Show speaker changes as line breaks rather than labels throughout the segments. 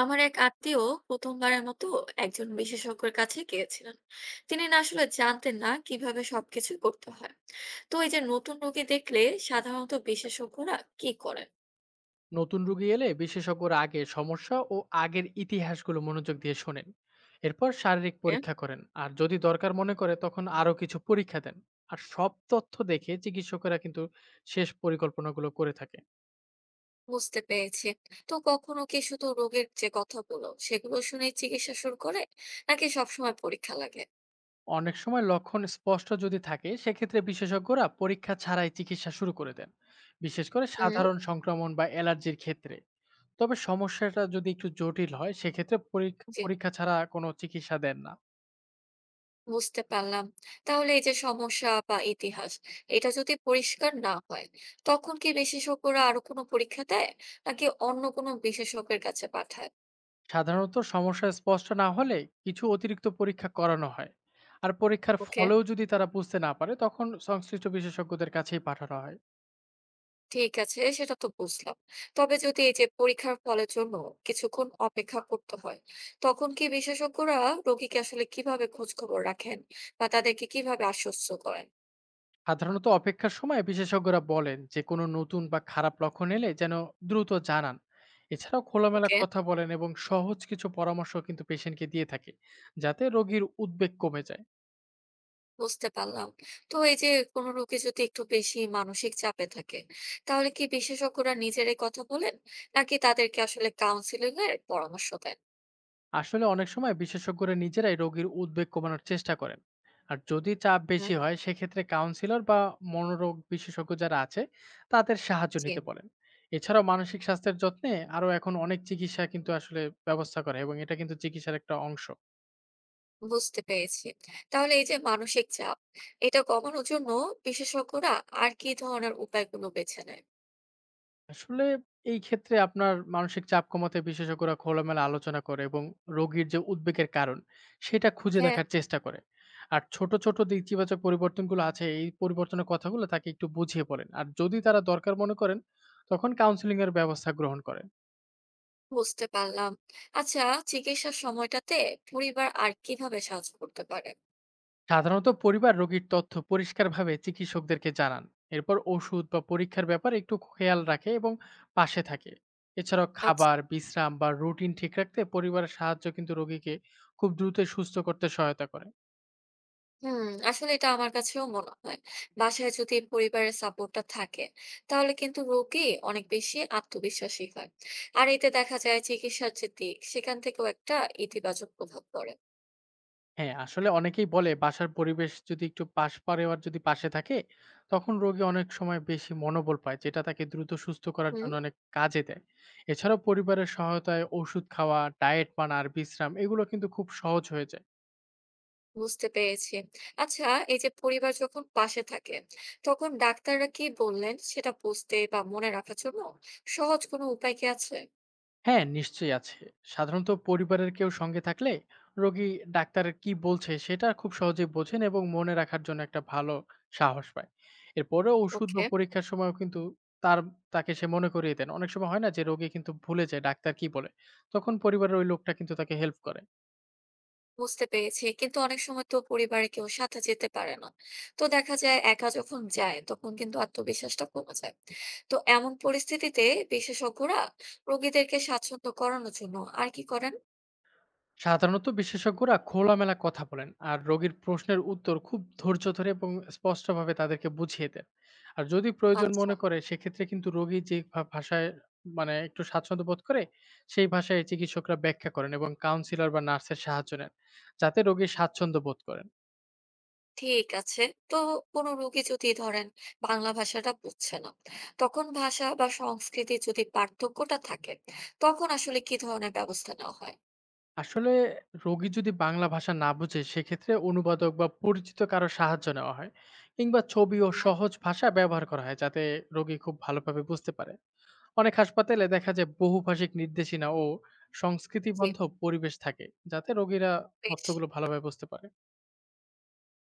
আমার এক আত্মীয় প্রথমবারের মতো একজন বিশেষজ্ঞের কাছে গিয়েছিলেন। তিনি না আসলে জানতেন না কিভাবে সবকিছু করতে হয়। তো এই যে নতুন রোগী দেখলে সাধারণত বিশেষজ্ঞরা কি করেন?
নতুন রোগী এলে বিশেষজ্ঞরা আগে সমস্যা ও আগের ইতিহাসগুলো মনোযোগ দিয়ে শোনেন। এরপর শারীরিক
এ,
পরীক্ষা করেন আর যদি দরকার মনে করে তখন আরো কিছু পরীক্ষা দেন। আর সব তথ্য দেখে চিকিৎসকেরা কিন্তু শেষ পরিকল্পনাগুলো করে থাকে।
বুঝতে পেরেছি। তো কখনো কি শুধু রোগের যে কথাগুলো সেগুলো শুনে চিকিৎসা শুরু করে, নাকি সবসময় পরীক্ষা লাগে?
অনেক সময় লক্ষণ স্পষ্ট যদি থাকে সেক্ষেত্রে বিশেষজ্ঞরা পরীক্ষা ছাড়াই চিকিৎসা শুরু করে দেন, বিশেষ করে
হুম।
সাধারণ সংক্রমণ বা অ্যালার্জির ক্ষেত্রে। তবে সমস্যাটা যদি একটু জটিল হয় সেক্ষেত্রে
জি।
পরীক্ষা ছাড়া কোনো চিকিৎসা দেন না।
বুঝতে পারলাম। তাহলে এই যে সমস্যা বা ইতিহাস, এটা যদি পরিষ্কার না হয়, তখন কি বিশেষজ্ঞরা আরো কোনো পরীক্ষা দেয়? নাকি অন্য কোনো বিশেষজ্ঞের কাছে পাঠায়?
সাধারণত সমস্যা স্পষ্ট না হলে কিছু অতিরিক্ত পরীক্ষা করানো হয়। আর পরীক্ষার
ওকে,
ফলেও যদি তারা বুঝতে না পারে তখন সংশ্লিষ্ট বিশেষজ্ঞদের কাছেই পাঠানো হয়।
ঠিক আছে, সেটা তো বুঝলাম। তবে যদি এই যে পরীক্ষার ফলের জন্য কিছুক্ষণ অপেক্ষা করতে হয়, তখন কি বিশেষজ্ঞরা রোগীকে আসলে কিভাবে খোঁজ খবর রাখেন বা তাদেরকে কিভাবে আশ্বস্ত করেন?
সাধারণত অপেক্ষার সময় বিশেষজ্ঞরা বলেন যে কোনো নতুন বা খারাপ লক্ষণ এলে যেন দ্রুত জানান। এছাড়াও খোলামেলা
ওকে।
কথা বলেন এবং সহজ কিছু পরামর্শ কিন্তু পেশেন্টকে দিয়ে থাকে, যাতে রোগীর উদ্বেগ কমে যায়।
বুঝতে পারলাম। তো এই যে কোনো রোগী যদি একটু বেশি মানসিক চাপে থাকে, তাহলে কি বিশেষজ্ঞরা নিজেরাই কথা বলেন? নাকি তাদেরকে আসলে কাউন্সেলিং এর পরামর্শ দেন?
আসলে অনেক সময় বিশেষজ্ঞরা নিজেরাই রোগীর উদ্বেগ কমানোর চেষ্টা করেন। আর যদি চাপ বেশি
হুম।
হয় সেক্ষেত্রে কাউন্সিলর বা মনোরোগ বিশেষজ্ঞ যারা আছে তাদের সাহায্য
জি,
নিতে বলেন। এছাড়াও মানসিক স্বাস্থ্যের যত্নে আরো এখন অনেক চিকিৎসা কিন্তু আসলে ব্যবস্থা করে এবং এটা কিন্তু চিকিৎসার একটা অংশ।
বুঝতে পেরেছি। তাহলে এই যে মানসিক চাপ, এটা কমানোর জন্য বিশেষজ্ঞরা আর কি ধরনের উপায়গুলো বেছে নেয়?
আসলে এই ক্ষেত্রে আপনার মানসিক চাপ কমাতে বিশেষজ্ঞরা খোলামেলা আলোচনা করে এবং রোগীর যে উদ্বেগের কারণ সেটা খুঁজে
হ্যাঁ,
দেখার চেষ্টা করে। আর ছোট ছোট যে ইতিবাচক পরিবর্তনগুলো আছে এই পরিবর্তনের কথাগুলো তাকে একটু বুঝিয়ে বলেন, আর যদি তারা দরকার মনে করেন তখন কাউন্সিলিং এর ব্যবস্থা গ্রহণ করেন।
বুঝতে পারলাম। আচ্ছা, চিকিৎসার সময়টাতে পরিবার আর কিভাবে সাহায্য করতে পারে?
সাধারণত পরিবার রোগীর তথ্য পরিষ্কারভাবে চিকিৎসকদেরকে জানান। এরপর ওষুধ বা পরীক্ষার ব্যাপারে একটু খেয়াল রাখে এবং পাশে থাকে। এছাড়াও
আচ্ছা।
খাবার বিশ্রাম বা রুটিন ঠিক রাখতে পরিবারের সাহায্য কিন্তু রোগীকে খুব দ্রুত সুস্থ করতে সহায়তা করে।
হুম, আসলে এটা আমার কাছেও মনে হয় বাসায় যদি পরিবারের সাপোর্টটা থাকে তাহলে কিন্তু রোগী অনেক বেশি আত্মবিশ্বাসী হয়। আর এতে দেখা যায় চিকিৎসার যে দিক সেখান থেকেও একটা ইতিবাচক প্রভাব পড়ে।
হ্যাঁ আসলে অনেকেই বলে বাসার পরিবেশ যদি একটু পাশ পরিবার যদি পাশে থাকে তখন রোগী অনেক সময় বেশি মনোবল পায়, যেটা তাকে দ্রুত সুস্থ করার
হুম,
জন্য অনেক কাজে দেয়। এছাড়াও পরিবারের সহায়তায় ওষুধ খাওয়া ডায়েট মানা আর বিশ্রাম এগুলো কিন্তু খুব সহজ হয়ে যায়।
বুঝতে পেরেছি। আচ্ছা, এই যে পরিবার যখন পাশে থাকে তখন ডাক্তাররা কি বললেন সেটা বুঝতে বা মনে রাখার জন্য সহজ কোনো উপায় কি আছে?
হ্যাঁ, নিশ্চয়ই আছে। সাধারণত পরিবারের কেউ সঙ্গে থাকলে রোগী ডাক্তার কি বলছে সেটা খুব সহজেই বোঝেন এবং মনে রাখার জন্য একটা ভালো সাহস পায়। এরপরে ওষুধ বা
ওকে,
পরীক্ষার সময়ও কিন্তু তার তাকে সে মনে করিয়ে দেন। অনেক সময় হয় না যে রোগী কিন্তু ভুলে যায় ডাক্তার কি বলে। তখন পরিবারের ওই লোকটা কিন্তু তাকে হেল্প করে।
বুঝতে পেরেছি। কিন্তু অনেক সময় তো পরিবারে কেউ সাথে যেতে পারে না। তো দেখা যায় একা যখন যায় তখন কিন্তু আত্মবিশ্বাসটা কমে যায়। তো এমন পরিস্থিতিতে বিশেষজ্ঞরা রোগীদেরকে স্বাচ্ছন্দ্য করানোর জন্য আর কি করেন?
সাধারণত বিশেষজ্ঞরা খোলামেলা কথা বলেন আর রোগীর প্রশ্নের উত্তর খুব ধৈর্য ধরে এবং স্পষ্টভাবে তাদেরকে বুঝিয়ে দেন। আর যদি প্রয়োজন
আচ্ছা।
মনে করে সেক্ষেত্রে কিন্তু রোগী যে ভাষায়, মানে একটু স্বাচ্ছন্দ্য বোধ করে সেই ভাষায় চিকিৎসকরা ব্যাখ্যা করেন এবং কাউন্সিলর বা নার্সের সাহায্য নেন, যাতে রোগী স্বাচ্ছন্দ্য বোধ করেন।
ঠিক আছে। তো কোনো রোগী যদি ধরেন বাংলা ভাষাটা বুঝছে না, তখন ভাষা বা সংস্কৃতি যদি পার্থক্যটা থাকে তখন আসলে কি ধরনের ব্যবস্থা নেওয়া হয়?
আসলে রোগী যদি বাংলা ভাষা না বুঝে সেক্ষেত্রে অনুবাদক বা পরিচিত কারো সাহায্য নেওয়া হয়, কিংবা ছবি ও
হুম,
সহজ ভাষা ব্যবহার করা হয় যাতে রোগী খুব ভালোভাবে বুঝতে পারে। অনেক হাসপাতালে দেখা যায় বহুভাষিক নির্দেশনা ও
জি,
সংস্কৃতিবান্ধব পরিবেশ থাকে, যাতে রোগীরা
বেশ।
তথ্যগুলো ভালোভাবে বুঝতে পারে।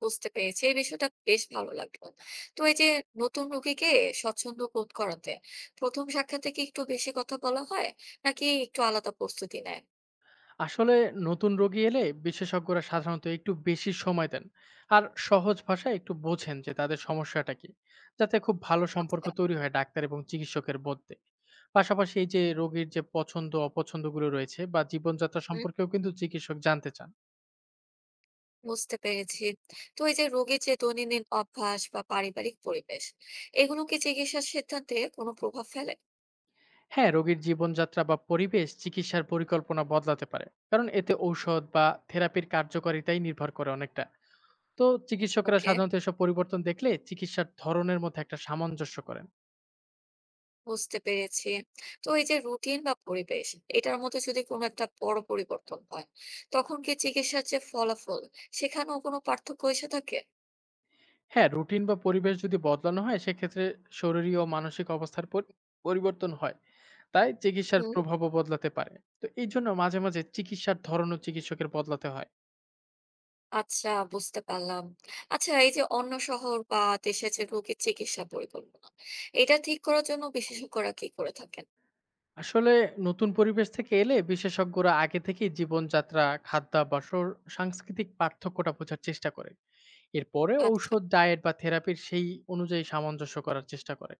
বুঝতে পেরেছি। এই বিষয়টা বেশ ভালো লাগলো। তো এই যে নতুন রোগীকে স্বচ্ছন্দ বোধ করাতে প্রথম সাক্ষাতে কি একটু বেশি কথা বলা হয়? নাকি একটু আলাদা প্রস্তুতি নেয়?
আসলে নতুন রোগী এলে বিশেষজ্ঞরা সাধারণত একটু বেশি সময় দেন। আর সহজ ভাষায় একটু বোঝেন যে তাদের সমস্যাটা কি, যাতে খুব ভালো সম্পর্ক
আচ্ছা,
তৈরি হয় ডাক্তার এবং চিকিৎসকের মধ্যে। পাশাপাশি এই যে রোগীর যে পছন্দ অপছন্দগুলো রয়েছে বা জীবনযাত্রা
হুম,
সম্পর্কেও কিন্তু চিকিৎসক জানতে চান।
বুঝতে পেরেছি। তো এই যে রোগীর যে দৈনন্দিন অভ্যাস বা পারিবারিক পরিবেশ, এগুলো কি চিকিৎসার সিদ্ধান্তে কোনো প্রভাব ফেলে?
হ্যাঁ রোগীর জীবনযাত্রা বা পরিবেশ চিকিৎসার পরিকল্পনা বদলাতে পারে, কারণ এতে ঔষধ বা থেরাপির কার্যকারিতাই নির্ভর করে অনেকটা। তো চিকিৎসকরা
ওকে,
সাধারণত এসব পরিবর্তন দেখলে চিকিৎসার ধরনের মধ্যে একটা সামঞ্জস্য করেন।
বুঝতে পেরেছি। তো এই যে রুটিন বা পরিবেশ, এটার মধ্যে যদি কোনো একটা বড় পরিবর্তন হয়, তখন কি চিকিৎসার যে ফলাফল, সেখানেও কোনো পার্থক্য এসে থাকে?
হ্যাঁ রুটিন বা পরিবেশ যদি বদলানো হয় সেক্ষেত্রে শরীরী ও মানসিক অবস্থার পরিবর্তন হয়, তাই চিকিৎসার
হুম।
প্রভাবও বদলাতে পারে। তো এই জন্য মাঝে মাঝে চিকিৎসার ধরনও চিকিৎসকের বদলাতে হয়।
আচ্ছা, বুঝতে পারলাম। আচ্ছা, এই যে অন্য শহর বা দেশে যে রোগীর চিকিৎসা পরিকল্পনা, এটা ঠিক করার জন্য বিশেষজ্ঞরা কি করে থাকেন?
আসলে নতুন পরিবেশ থেকে এলে বিশেষজ্ঞরা আগে থেকেই জীবনযাত্রা, খাদ্যাভ্যাস ও সাংস্কৃতিক পার্থক্যটা বোঝার চেষ্টা করে। এরপরে
আচ্ছা,
ঔষধ ডায়েট বা থেরাপির সেই অনুযায়ী সামঞ্জস্য করার চেষ্টা করে।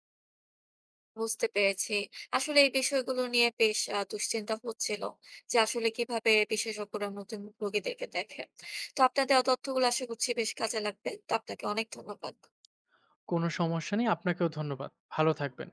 বুঝতে পেরেছি। আসলে এই বিষয়গুলো নিয়ে বেশ দুশ্চিন্তা হচ্ছিল যে আসলে কিভাবে বিশেষজ্ঞরা নতুন রোগীদেরকে দেখে। তো আপনার দেওয়া তথ্যগুলো আশা করছি বেশ কাজে লাগবে। তো আপনাকে অনেক ধন্যবাদ।
কোনো সমস্যা নেই, আপনাকেও ধন্যবাদ, ভালো থাকবেন।